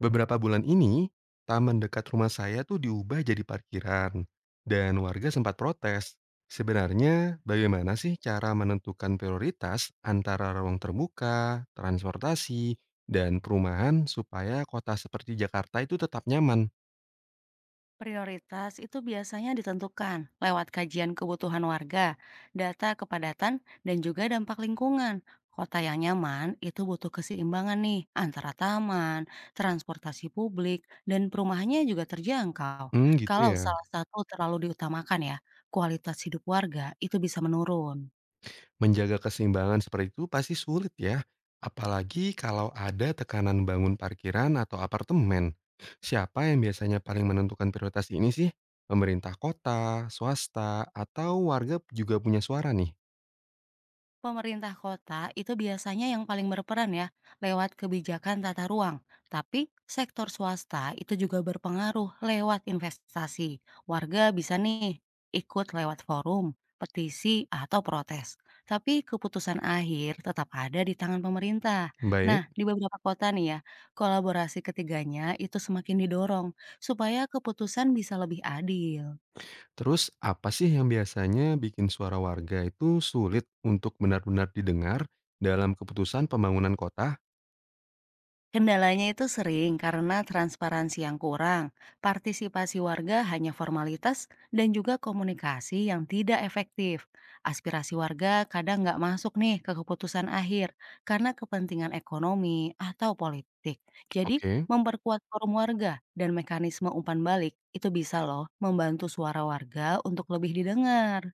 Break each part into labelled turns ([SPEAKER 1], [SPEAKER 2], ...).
[SPEAKER 1] Beberapa bulan ini, taman dekat rumah saya tuh diubah jadi parkiran, dan warga sempat protes. Sebenarnya, bagaimana sih cara menentukan prioritas antara ruang terbuka, transportasi, dan perumahan supaya kota seperti Jakarta itu tetap nyaman?
[SPEAKER 2] Prioritas itu biasanya ditentukan lewat kajian kebutuhan warga, data kepadatan, dan juga dampak lingkungan. Kota yang nyaman itu butuh keseimbangan nih antara taman, transportasi publik, dan perumahannya juga terjangkau.
[SPEAKER 1] Hmm, gitu
[SPEAKER 2] Kalau
[SPEAKER 1] ya.
[SPEAKER 2] salah satu terlalu diutamakan ya, kualitas hidup warga itu bisa menurun.
[SPEAKER 1] Menjaga keseimbangan seperti itu pasti sulit ya, apalagi kalau ada tekanan bangun parkiran atau apartemen. Siapa yang biasanya paling menentukan prioritas ini sih? Pemerintah kota, swasta, atau warga juga punya suara nih?
[SPEAKER 2] Pemerintah kota itu biasanya yang paling berperan ya, lewat kebijakan tata ruang. Tapi sektor swasta itu juga berpengaruh lewat investasi. Warga bisa nih ikut lewat forum, petisi, atau protes. Tapi keputusan akhir tetap ada di tangan pemerintah.
[SPEAKER 1] Baik,
[SPEAKER 2] Nah, di beberapa kota nih ya, kolaborasi ketiganya itu semakin didorong supaya keputusan bisa lebih adil.
[SPEAKER 1] terus apa sih yang biasanya bikin suara warga itu sulit untuk benar-benar didengar dalam keputusan pembangunan kota?
[SPEAKER 2] Kendalanya itu sering karena transparansi yang kurang, partisipasi warga hanya formalitas, dan juga komunikasi yang tidak efektif. Aspirasi warga kadang nggak masuk nih ke keputusan akhir karena kepentingan ekonomi atau politik. Jadi,
[SPEAKER 1] Oke.
[SPEAKER 2] memperkuat forum warga dan mekanisme umpan balik itu bisa loh membantu suara warga untuk lebih didengar.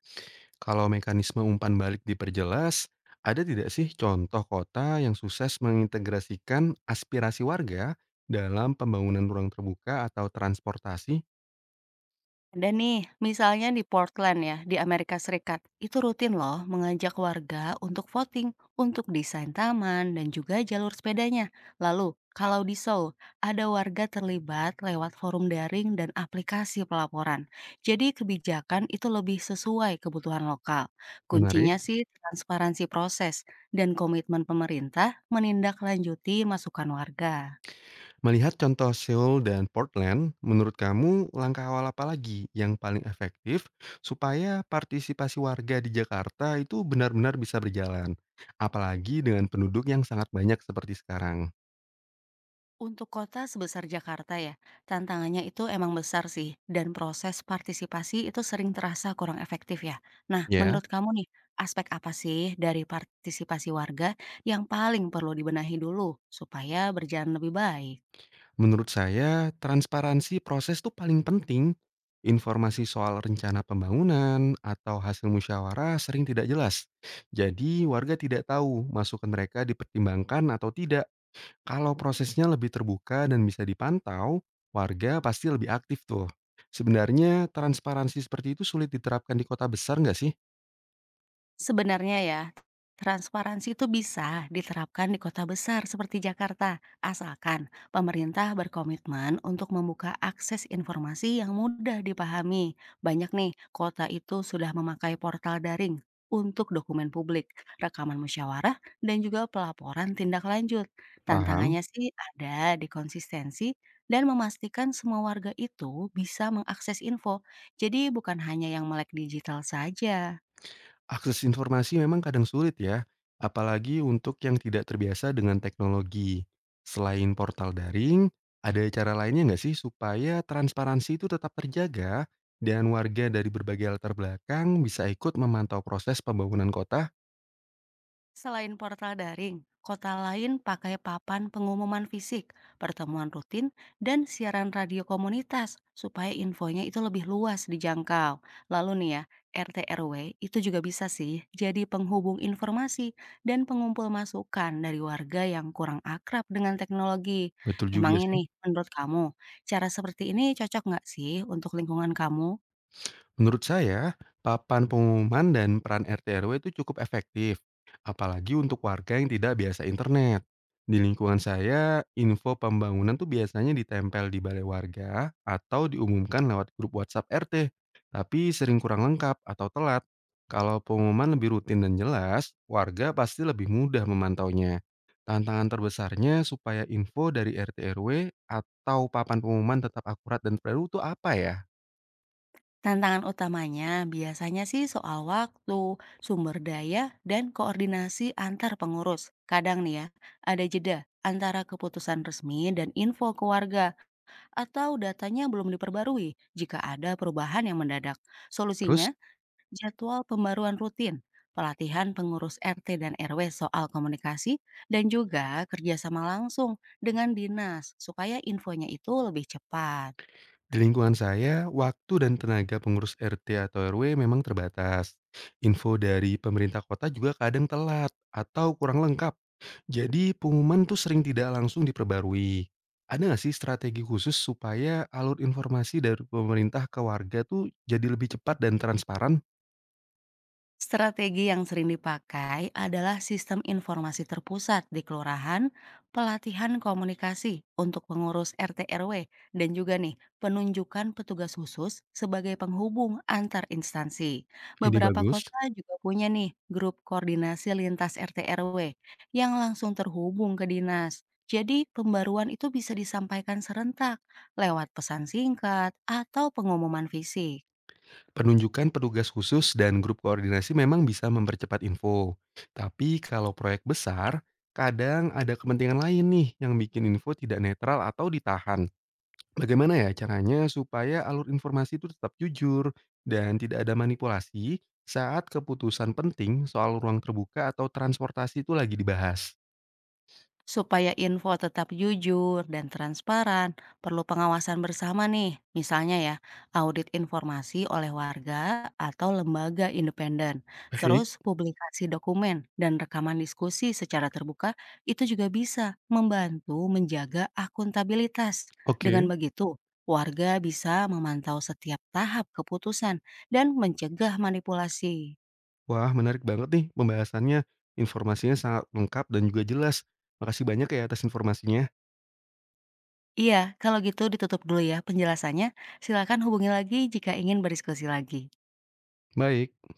[SPEAKER 1] Kalau mekanisme umpan balik diperjelas, ada tidak sih contoh kota yang sukses mengintegrasikan aspirasi warga dalam pembangunan ruang terbuka atau transportasi?
[SPEAKER 2] Ada nih, misalnya di Portland ya, di Amerika Serikat, itu rutin loh mengajak warga untuk voting untuk desain taman dan juga jalur sepedanya. Lalu, kalau di Seoul, ada warga terlibat lewat forum daring dan aplikasi pelaporan. Jadi kebijakan itu lebih sesuai kebutuhan lokal.
[SPEAKER 1] Menarik.
[SPEAKER 2] Kuncinya sih transparansi proses dan komitmen pemerintah menindaklanjuti masukan warga.
[SPEAKER 1] Melihat contoh Seoul dan Portland, menurut kamu langkah awal apa lagi yang paling efektif supaya partisipasi warga di Jakarta itu benar-benar bisa berjalan? Apalagi dengan penduduk yang sangat banyak seperti sekarang.
[SPEAKER 2] Untuk kota sebesar Jakarta ya, tantangannya itu emang besar sih, dan proses partisipasi itu sering terasa kurang efektif ya. Nah,
[SPEAKER 1] Ya.
[SPEAKER 2] menurut kamu nih, aspek apa sih dari partisipasi warga yang paling perlu dibenahi dulu supaya berjalan lebih baik?
[SPEAKER 1] Menurut saya, transparansi proses tuh paling penting. Informasi soal rencana pembangunan atau hasil musyawarah sering tidak jelas. Jadi, warga tidak tahu masukan mereka dipertimbangkan atau tidak. Kalau prosesnya lebih terbuka dan bisa dipantau, warga pasti lebih aktif tuh. Sebenarnya, transparansi seperti itu sulit diterapkan di kota besar nggak sih?
[SPEAKER 2] Sebenarnya ya, transparansi itu bisa diterapkan di kota besar seperti Jakarta, asalkan pemerintah berkomitmen untuk membuka akses informasi yang mudah dipahami. Banyak nih, kota itu sudah memakai portal daring untuk dokumen publik, rekaman musyawarah, dan juga pelaporan tindak lanjut.
[SPEAKER 1] Paham?
[SPEAKER 2] Tantangannya sih ada di konsistensi dan memastikan semua warga itu bisa mengakses info. Jadi bukan hanya yang melek digital saja.
[SPEAKER 1] Akses informasi memang kadang sulit ya, apalagi untuk yang tidak terbiasa dengan teknologi. Selain portal daring, ada cara lainnya nggak sih supaya transparansi itu tetap terjaga dan warga dari berbagai latar belakang bisa ikut memantau proses pembangunan kota?
[SPEAKER 2] Selain portal daring, kota lain pakai papan pengumuman fisik, pertemuan rutin, dan siaran radio komunitas supaya infonya itu lebih luas dijangkau. Lalu nih ya, RT RW itu juga bisa sih jadi penghubung informasi dan pengumpul masukan dari warga yang kurang akrab dengan teknologi.
[SPEAKER 1] Betul
[SPEAKER 2] Emang
[SPEAKER 1] juga sih.
[SPEAKER 2] ini menurut kamu, cara seperti ini cocok nggak sih untuk lingkungan kamu?
[SPEAKER 1] Menurut saya, papan pengumuman dan peran RT RW itu cukup efektif, apalagi untuk warga yang tidak biasa internet. Di lingkungan saya, info pembangunan tuh biasanya ditempel di balai warga atau diumumkan lewat grup WhatsApp RT, tapi sering kurang lengkap atau telat. Kalau pengumuman lebih rutin dan jelas, warga pasti lebih mudah memantaunya. Tantangan terbesarnya supaya info dari RT RW atau papan pengumuman tetap akurat dan terbaru itu apa ya?
[SPEAKER 2] Tantangan utamanya biasanya sih soal waktu, sumber daya, dan koordinasi antar pengurus. Kadang nih ya, ada jeda antara keputusan resmi dan info ke warga atau datanya belum diperbarui jika ada perubahan yang mendadak.
[SPEAKER 1] Terus,
[SPEAKER 2] Solusinya, jadwal pembaruan rutin, pelatihan pengurus RT dan RW soal komunikasi, dan juga kerjasama langsung dengan dinas supaya infonya itu lebih cepat.
[SPEAKER 1] di lingkungan saya, waktu dan tenaga pengurus RT atau RW memang terbatas. Info dari pemerintah kota juga kadang telat atau kurang lengkap. Jadi pengumuman tuh sering tidak langsung diperbarui. Ada nggak sih strategi khusus supaya alur informasi dari pemerintah ke warga tuh jadi lebih cepat dan transparan?
[SPEAKER 2] Strategi yang sering dipakai adalah sistem informasi terpusat di kelurahan, pelatihan komunikasi untuk pengurus RT RW, dan juga nih penunjukan petugas khusus sebagai penghubung antar instansi.
[SPEAKER 1] Ini
[SPEAKER 2] Beberapa
[SPEAKER 1] bagus.
[SPEAKER 2] kota juga punya nih grup koordinasi lintas RT RW yang langsung terhubung ke dinas. Jadi pembaruan itu bisa disampaikan serentak lewat pesan singkat atau pengumuman fisik.
[SPEAKER 1] Penunjukan petugas khusus dan grup koordinasi memang bisa mempercepat info. Tapi kalau proyek besar, kadang ada kepentingan lain nih yang bikin info tidak netral atau ditahan. Bagaimana ya caranya supaya alur informasi itu tetap jujur dan tidak ada manipulasi saat keputusan penting soal ruang terbuka atau transportasi itu lagi dibahas?
[SPEAKER 2] Supaya info tetap jujur dan transparan, perlu pengawasan bersama nih. Misalnya ya, audit informasi oleh warga atau lembaga independen.
[SPEAKER 1] Baik.
[SPEAKER 2] Terus publikasi dokumen dan rekaman diskusi secara terbuka itu juga bisa membantu menjaga akuntabilitas. Dengan
[SPEAKER 1] Oke,
[SPEAKER 2] begitu, warga bisa memantau setiap tahap keputusan dan mencegah manipulasi.
[SPEAKER 1] wah menarik banget nih pembahasannya. Informasinya sangat lengkap dan juga jelas. Makasih banyak ya atas informasinya.
[SPEAKER 2] Iya, kalau gitu ditutup dulu ya penjelasannya. Silakan hubungi lagi jika ingin berdiskusi lagi.
[SPEAKER 1] Baik.